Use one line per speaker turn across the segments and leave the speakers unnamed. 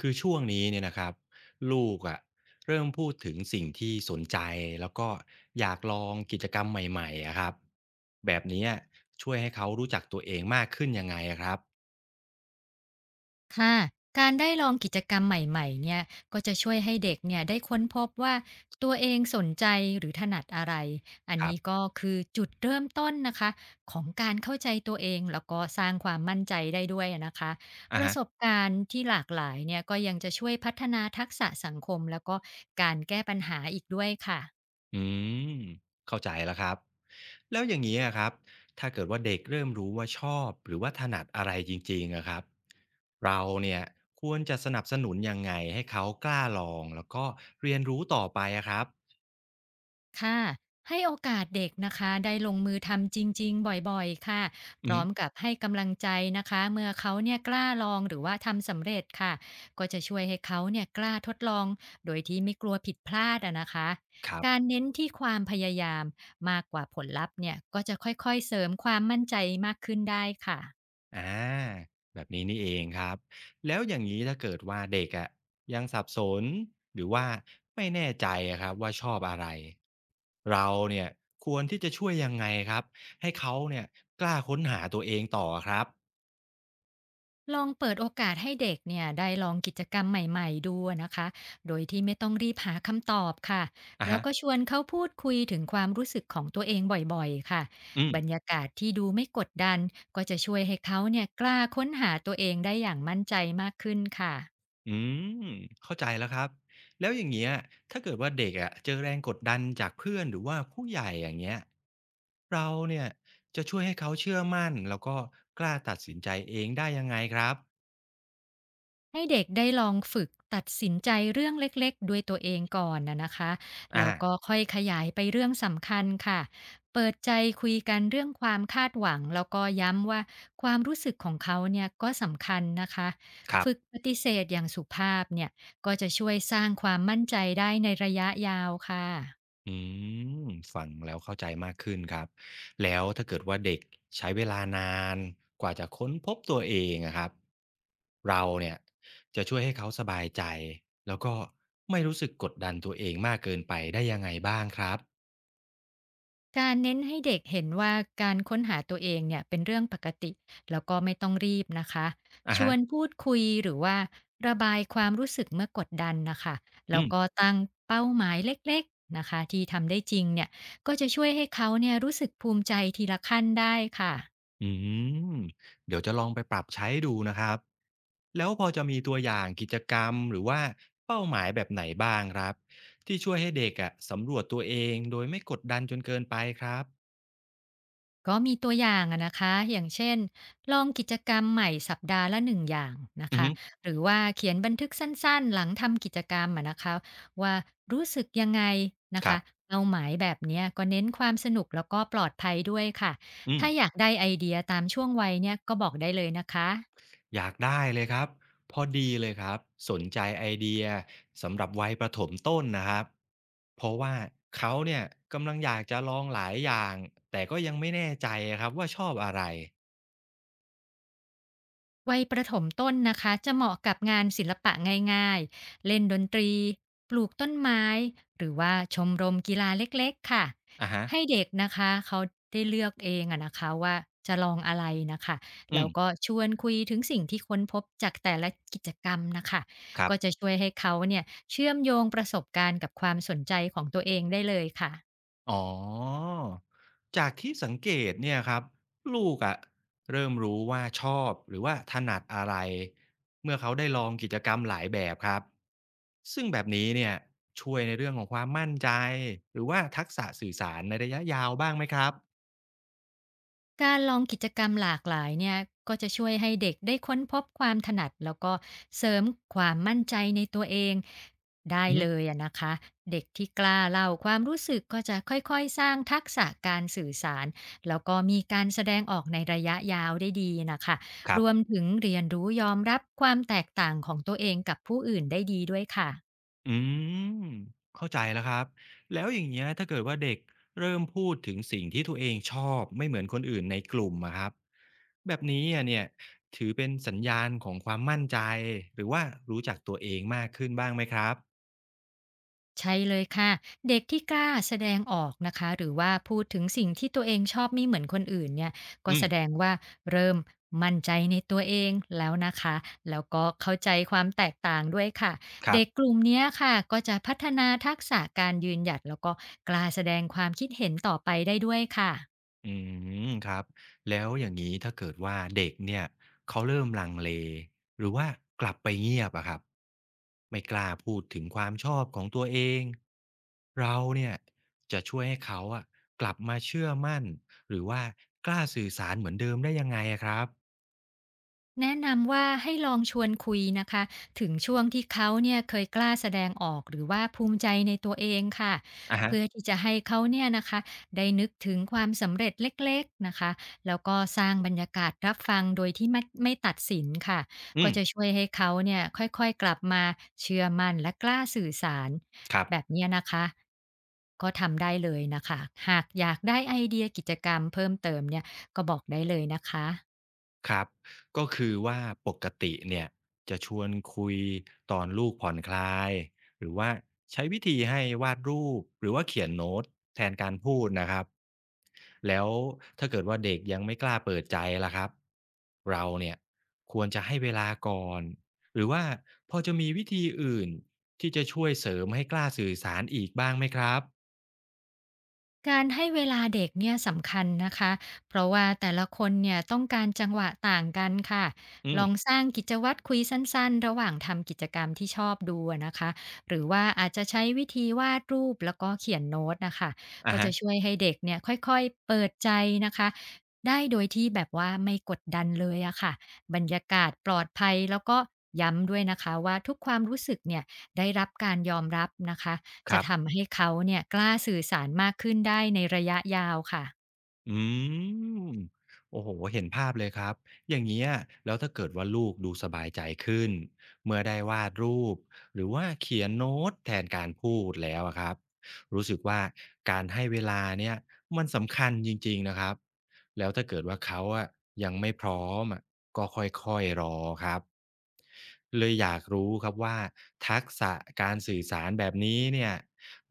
คือช่วงนี้เนี่ยนะครับลูกอะเริ่มพูดถึงสิ่งที่สนใจแล้วก็อยากลองกิจกรรมใหม่ๆอะครับแบบนี้อะช่วยให้เขารู้จักตัวเองมากขึ้นยังไงอะครับ
ค่ะการได้ลองกิจกรรมใหม่ๆเนี่ยก็จะช่วยให้เด็กเนี่ยได้ค้นพบว่าตัวเองสนใจหรือถนัดอะไรอัน
ครั
นี้
บ
ก็คือจุดเริ่มต้นนะคะของการเข้าใจตัวเองแล้วก็สร้างความมั่นใจได้ด้วยนะคะป
อ่ะ
ระ
ฮะ
สบการณ์ที่หลากหลายเนี่ยก็ยังจะช่วยพัฒนาทักษะสังคมแล้วก็การแก้ปัญหาอีกด้วยค่ะ
อืมเข้าใจแล้วครับแล้วอย่างนี้อะครับถ้าเกิดว่าเด็กเริ่มรู้ว่าชอบหรือว่าถนัดอะไรจริงๆอะครับเราเนี่ยควรจะสนับสนุนยังไงให้เขากล้าลองแล้วก็เรียนรู้ต่อไปอะครับ
ค่ะให้โอกาสเด็กนะคะได้ลงมือทำจริงๆบ่อยๆค่ะพ
อื
ร้อม
ม
กับให้กำลังใจนะคะเมื่อเขาเนี่ยกล้าลองหรือว่าทำสำเร็จค่ะก็จะช่วยให้เขาเนี่ยกล้าทดลองโดยที่ไม่กลัวผิดพลาดอะนะคะ
ครั
การ
บ
เน้นที่ความพยายามมากกว่าผลลัพธ์เนี่ยก็จะค่อยๆเสริมความมั่นใจมากขึ้นได้ค่ะ
อาแบบนี้นี่เองครับแล้วอย่างนี้ถ้าเกิดว่าเด็กอะยังสับสนหรือว่าไม่แน่ใจอะครับว่าชอบอะไรเราเนี่ยควรที่จะช่วยยังไงครับให้เขาเนี่ยกล้าค้นหาตัวเองต่อครับ
ลองเปิดโอกาสให้เด็กเนี่ยได้ลองกิจกรรมใหม่ๆดูนะคะ โดยที่ไม่ต้องรีบหาคำตอบค่ะ
อะ
แล้ว
ฮะ
ก็ชวนเขาพูดคุยถึงความรู้สึกของตัวเองบ่อยๆค่ะ
อื
บรร
ม
ยากาศที่ดูไม่กดดันก็จะช่วยให้เขาเนี่ยกล้าค้นหาตัวเองได้อย่างมั่นใจมากขึ้นค่ะ
อืมเข้าใจแล้วครับแล้วอย่างเงี้ยถ้าเกิดว่าเด็กอะเจอแรงกดดันจากเพื่อนหรือว่าผู้ใหญ่อย่างเงี้ยเราเนี่ยจะช่วยให้เขาเชื่อมั่นแล้วก็กล้าตัดสินใจเองได้ยังไงครับ
ให้เด็กได้ลองฝึกตัดสินใจเรื่องเล็กๆด้วยตัวเองก่อนนะคะแล้
อา
วก็ค่อยขยายไปเรื่องสำคัญค่ะเปิดใจคุยกันเรื่องความคาดหวังแล้วก็ย้ำว่าความรู้สึกของเขาเนี่ยก็สำคัญนะคะ
ครั
ฝึก
บ
ปฏิเสธอย่างสุภาพเนี่ยก็จะช่วยสร้างความมั่นใจได้ในระยะยาวค่ะ
อืมฟังแล้วเข้าใจมากขึ้นครับแล้วถ้าเกิดว่าเด็กใช้เวลานานกว่าจะค้นพบตัวเองอะครับเราเนี่ยจะช่วยให้เขาสบายใจแล้วก็ไม่รู้สึกกดดันตัวเองมากเกินไปได้ยังไงบ้างครับ
การเน้นให้เด็กเห็นว่าการค้นหาตัวเองเนี่ยเป็นเรื่องปกติแล้วก็ไม่ต้องรีบนะคะ
อะ
ชว
ฮะ
นพูดคุยหรือว่าระบายความรู้สึกเมื่อกดดันนะคะแล้
อื
ว
ม
ก็ตั้งเป้าหมายเล็กๆนะคะที่ทำได้จริงเนี่ยก็จะช่วยให้เขาเนี่ยรู้สึกภูมิใจทีละขั้นได้ค่ะ
อืมเดี๋ยวจะลองไปปรับใช้ดูนะครับแล้วพอจะมีตัวอย่างกิจกรรมหรือว่าเป้าหมายแบบไหนบ้างครับที่ช่วยให้เด็กอะสำรวจตัวเองโดยไม่กดดันจนเกินไปครับ
ก็มีตัวอย่างอะนะคะอย่างเช่นลองกิจกรรมใหม่สัปดาห์ละ1อย่างนะ
อือ
คะ
ฮึ
หรือว่าเขียนบันทึกสั้นๆหลังทำกิจกรรมอะนะคะว่ารู้สึกยังไงนะ
ครั
คะ
บ
เป้าหมายแบบเนี้ยก็เน้นความสนุกแล้วก็ปลอดภัยด้วยค่ะ
อืม
ถ้าอยากได้ไอเดียตามช่วงวัยเนี่ยก็บอกได้เลยนะคะ
อยากได้เลยครับพอดีเลยครับสนใจไอเดียสำหรับวัยประถมต้นนะครับเพราะว่าเขาเนี่ยกำลังอยากจะลองหลายอย่างแต่ก็ยังไม่แน่ใจอะครับว่าชอบอะไร
วัยประถมต้นนะคะจะเหมาะกับงานศิลปะง่ายๆเล่นดนตรีปลูกต้นไม้หรือว่าชมรมกีฬาเล็กๆค่ะ
อะฮะ
ให้เด็กนะคะเขาได้เลือกเองอะนะคะว่าจะลองอะไรนะคะ
อื
แล้วก็
ม
ชวนคุยถึงสิ่งที่ค้นพบจากแต่ละกิจกรรมนะคะ
ครั
ก็จะ
บ
ช่วยให้เขาเนี่ยเชื่อมโยงประสบการณ์กับความสนใจของตัวเองได้เลยค่ะ
อ๋อ จากที่สังเกตเนี่ยครับลูกอะเริ่มรู้ว่าชอบหรือว่าถนัดอะไรเมื่อเขาได้ลองกิจกรรมหลายแบบครับซึ่งแบบนี้เนี่ยช่วยในเรื่องของความมั่นใจหรือว่าทักษะสื่อสารในระยะยาวบ้างไหมครับ
การลองกิจกรรมหลากหลายเนี่ยก็จะช่วยให้เด็กได้ค้นพบความถนัดแล้วก็เสริมความมั่นใจในตัวเองได้
อื
เล
ม
ยอะนะคะเด็กที่กล้าเล่าความรู้สึกก็จะค่อยๆสร้างทักษะการสื่อสารแล้วก็มีการแสดงออกในระยะยาวได้ดีนะคะ
ครั
รวม
บ
ถึงเรียนรู้ยอมรับความแตกต่างของตัวเองกับผู้อื่นได้ดีด้วยค่ะ
อืมเข้าใจแล้วครับแล้วอย่างเงี้ยถ้าเกิดว่าเด็กเริ่มพูดถึงสิ่งที่ตัวเองชอบไม่เหมือนคนอื่นในกลุ่มอะครับแบบนี้อะเนี่ยถือเป็นสัญญาณของความมั่นใจหรือว่ารู้จักตัวเองมากขึ้นบ้างไหมครับ
ใช่เลยค่ะเด็กที่กล้าแสดงออกนะคะหรือว่าพูดถึงสิ่งที่ตัวเองชอบไม่เหมือนคนอื่นเนี่ยก็
อื
แส
ม
ดงว่าเริ่มมั่นใจในตัวเองแล้วนะคะแล้วก็เข้าใจความแตกต่างด้วยค่ะ
ครั
เด็กก
บ
ลุ่มเนี้ยค่ะก็จะพัฒนาทักษะการยืนหยัดแล้วก็กล้าแสดงความคิดเห็นต่อไปได้ด้วยค่ะ
อืมครับแล้วอย่างนี้ถ้าเกิดว่าเด็กเนี่ยเขาเริ่มลังเลหรือว่ากลับไปเงียบอะครับไม่กล้าพูดถึงความชอบของตัวเองเราเนี่ยจะช่วยให้เขาอะกลับมาเชื่อมั่นหรือว่ากล้าสื่อสารเหมือนเดิมได้ยังไงอะครับ
แนะนำว่าให้ลองชวนคุยนะคะถึงช่วงที่เขาเนี่ยเคยกล้าแสดงออกหรือว่าภูมิใจในตัวเองค่ะ
อะฮะ
เพื่อที่จะให้เขาเนี่ยนะคะได้นึกถึงความสำเร็จเล็กๆนะคะแล้วก็สร้างบรรยากาศรับฟังโดยที่ไม่ตัดสินค่ะ
อื
ก็
ม
จะช่วยให้เขาเนี่ยค่อยๆกลับมาเชื่อมั่นและกล้าสื่อสาร
ครับ
แบบเนี้ยนะคะก็ทำได้เลยนะคะหากอยากได้ไอเดียกิจกรรมเพิ่มเติมเนี่ยก็บอกได้เลยนะคะ
ครับก็คือว่าปกติเนี่ยจะชวนคุยตอนลูกผ่อนคลายหรือว่าใช้วิธีให้วาดรูปหรือว่าเขียนโน้ตแทนการพูดนะครับแล้วถ้าเกิดว่าเด็กยังไม่กล้าเปิดใจล่ะครับเราเนี่ยควรจะให้เวลาก่อนหรือว่าพอจะมีวิธีอื่นที่จะช่วยเสริมให้กล้าสื่อสารอีกบ้างไหมครับ
การให้เวลาเด็กเนี่ยสำคัญนะคะ เพราะว่าแต่ละคนเนี่ยต้องการจังหวะต่างกันค่ะ
อื
ลอง
ม
สร้างกิจวัตรคุยสั้นๆระหว่างทำกิจกรรมที่ชอบดูอะนะคะ หรือว่าอาจจะใช้วิธีวาดรูปแล้วก็เขียนโน้ตนะคะ
อ่ะ
ก็
ฮะ
จะช่วยให้เด็กเนี่ยค่อยๆเปิดใจนะคะได้โดยที่แบบว่าไม่กดดันเลยอะค่ะบรรยากาศปลอดภัยแล้วก็ย้ำด้วยนะคะว่าทุกความรู้สึกเนี่ยได้รับการยอมรับนะคะ
ค
จะ
รับ
ทำให้เขาเนี่ยกล้าสื่อสารมากขึ้นได้ในระยะยาวค่ะ
อืมโอ้โฮเห็นภาพเลยครับอย่างเงี้ยแล้วถ้าเกิดว่าลูกดูสบายใจขึ้นเมื่อได้วาดรูปหรือว่าเขียนโน้ตแทนการพูดแล้วอะครับรู้สึกว่าการให้เวลาเนี่ยมันสำคัญจริงๆนะครับแล้วถ้าเกิดว่าเขาอะยังไม่พร้อมอะก็ค่อยๆรอครับเลยอยากรู้ครับว่าทักษะการสื่อสารแบบนี้เนี่ย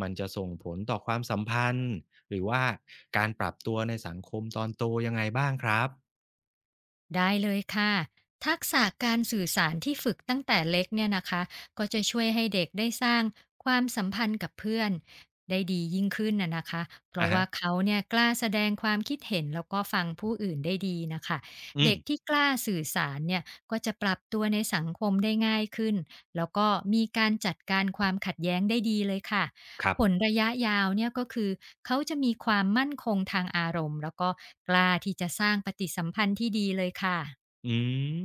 มันจะส่งผลต่อความสัมพันธ์ หรือว่าการปรับตัวในสังคมตอนโตยังไงบ้างครับ
ได้เลยค่ะทักษะการสื่อสารที่ฝึกตั้งแต่เล็กเนี่ยนะคะก็จะช่วยให้เด็กได้สร้างความสัมพันธ์กับเพื่อนได้ดียิ่งขึ้นนะคะเพ
อะ
ราะว่า
ฮะ
เขาเนี่ยกล้าแสดงความคิดเห็นแล้วก็ฟังผู้อื่นได้ดีนะคะ
อื
เด็
ม
กที่กล้าสื่อสารเนี่ยก็จะปรับตัวในสังคมได้ง่ายขึ้นแล้วก็มีการจัดการความขัดแย้งได้ดีเลยค่ะ
ครับ
ผลระยะยาวเนี่ยก็คือเขาจะมีความมั่นคงทางอารมณ์แล้วก็กล้าที่จะสร้างปฏิสัมพันธ์ที่ดีเลยค่ะ
อืม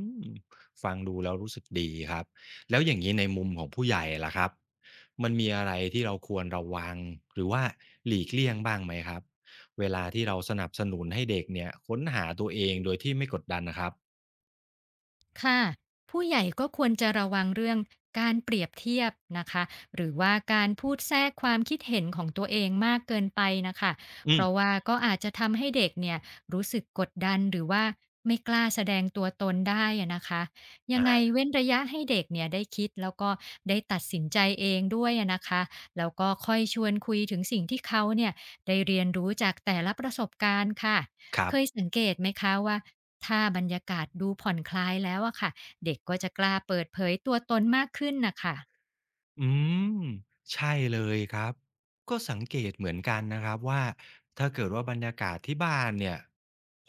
ฟังดูแล้วรู้สึกดีครับ แล้วอย่างงี้ในมุมของผู้ใหญ่ล่ะครับมันมีอะไรที่เราควรระวังหรือว่าหลีกเลี่ยงบ้างไหมครับเวลาที่เราสนับสนุนให้เด็กเนี่ยค้นหาตัวเองโดยที่ไม่กดดันน่ะครับ
ค่ะผู้ใหญ่ก็ควรจะระวังเรื่องการเปรียบเทียบนะคะหรือว่าการพูดแทรกความคิดเห็นของตัวเองมากเกินไปนะคะ
อื
เพ
ม
ราะว่าก็อาจจะทำให้เด็กเนี่ยรู้สึกกดดันหรือว่าไม่กล้าแสดงตัวตนได้อะนะคะยัง
อา
ไงเว้นระยะให้เด็กเนี่ยได้คิดแล้วก็ได้ตัดสินใจเองด้วยอะนะคะแล้วก็ค่อยชวนคุยถึงสิ่งที่เขาเนี่ยได้เรียนรู้จากแต่ละประสบการณ์ค่ะ
ครั
เคย
บ
สังเกตไหมคะว่า ถ้าบรรยากาศดูผ่อนคลายแล้วอะค่ะเด็กก็จะกล้าเปิดเผยตัวตนมากขึ้นน่ะค่ะ
อืมใช่เลยครับก็สังเกตเหมือนกันนะครับว่าถ้าเกิดว่าบรรยากาศที่บ้านเนี่ย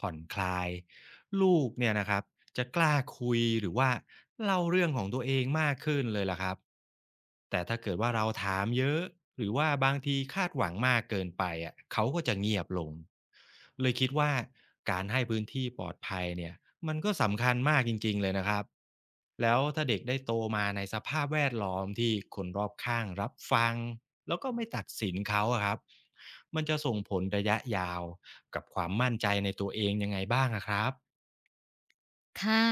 ผ่อนคลายลูกเนี่ยนะครับ จะกล้าคุยหรือว่าเล่าเรื่องของตัวเองมากขึ้นเลยล่ะครับแต่ถ้าเกิดว่าเราถามเยอะหรือว่าบางทีคาดหวังมากเกินไปอ่ะเขาก็จะเงียบลงเลยคิดว่าการให้พื้นที่ปลอดภัยเนี่ยมันก็สำคัญมากจริงๆเลยนะครับแล้วถ้าเด็กได้โตมาในสภาพแวดล้อมที่คนรอบข้างรับฟังแล้วก็ไม่ตัดสินเขาอะครับมันจะส่งผลระยะยาวกับความมั่นใจในตัวเองยังไงบ้างอะครับ
ค่ะ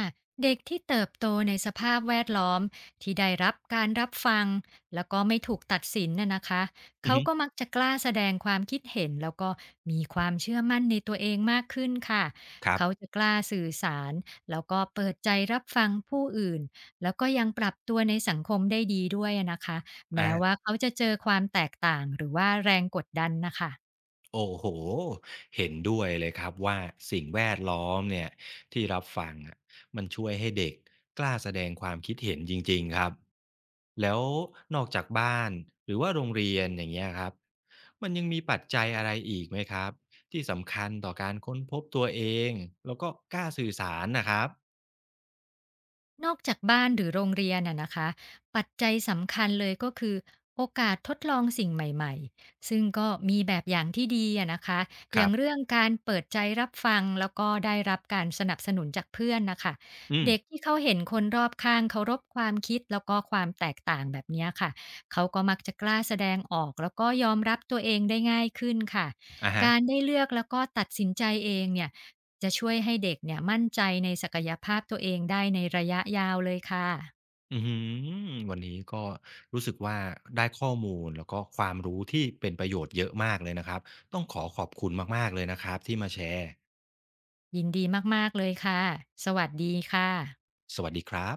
เด็กที่เติบโตในสภาพแวดล้อมที่ได้รับการรับฟังแล้วก็ไม่ถูกตัดสินน่ะนะคะ
อือ
เขา
ฮึ
ก็มักจะกล้าแสดงความคิดเห็นแล้วก็มีความเชื่อมั่นในตัวเองมากขึ้นค่ะ
ครั
เขา
บ
จะกล้าสื่อสารแล้วก็เปิดใจรับฟังผู้อื่นแล้วก็ยังปรับตัวในสังคมได้ดีด้วยอะนะคะแม้
อา
ว่าเขาจะเจอความแตกต่างหรือว่าแรงกดดันนะคะ
โอ้โฮเห็นด้วยเลยครับว่าสิ่งแวดล้อมเนี่ยที่รับฟังอะมันช่วยให้เด็กกล้าแสดงความคิดเห็นจริงๆครับแล้วนอกจากบ้านหรือว่าโรงเรียนอย่างเงี้ยครับมันยังมีปัจจัยอะไรอีกไหมครับที่สำคัญต่อการค้นพบตัวเองแล้วก็กล้าสื่อสารน่ะครับ
นอกจากบ้านหรือโรงเรียนน่ะนะคะปัจจัยสำคัญเลยก็คือโอกาสทดลองสิ่งใหม่ๆซึ่งก็มีแบบอย่างที่ดีอะนะคะอ
ครั
ย่างเรื่
บ
องการเปิดใจรับฟังแล้วก็ได้รับการสนับสนุนจากเพื่อนนะคะ
อืม
เด็กที่เขาเห็นคนรอบข้างเคารพความคิดแล้วก็ความแตกต่างแบบเนี้ยค่ะเขาก็มักจะกล้าแสดงออกแล้วก็ยอมรับตัวเองได้ง่ายขึ้นค่ะ
อะฮะ
การได้เลือกแล้วก็ตัดสินใจเองเนี่ย จะช่วยให้เด็กเนี่ยมั่นใจในศักยภาพตัวเองได้ในระยะยาวเลยค่ะ
อืมวันนี้ก็รู้สึกว่าได้ข้อมูลแล้วก็ความรู้ที่เป็นประโยชน์เยอะมากเลยนะครับต้องขอขอบคุณมากๆเลยนะครับที่มาแชร์
ยินดีมากๆเลยค่ะสวัสดีค่ะ
สวัสดีครับ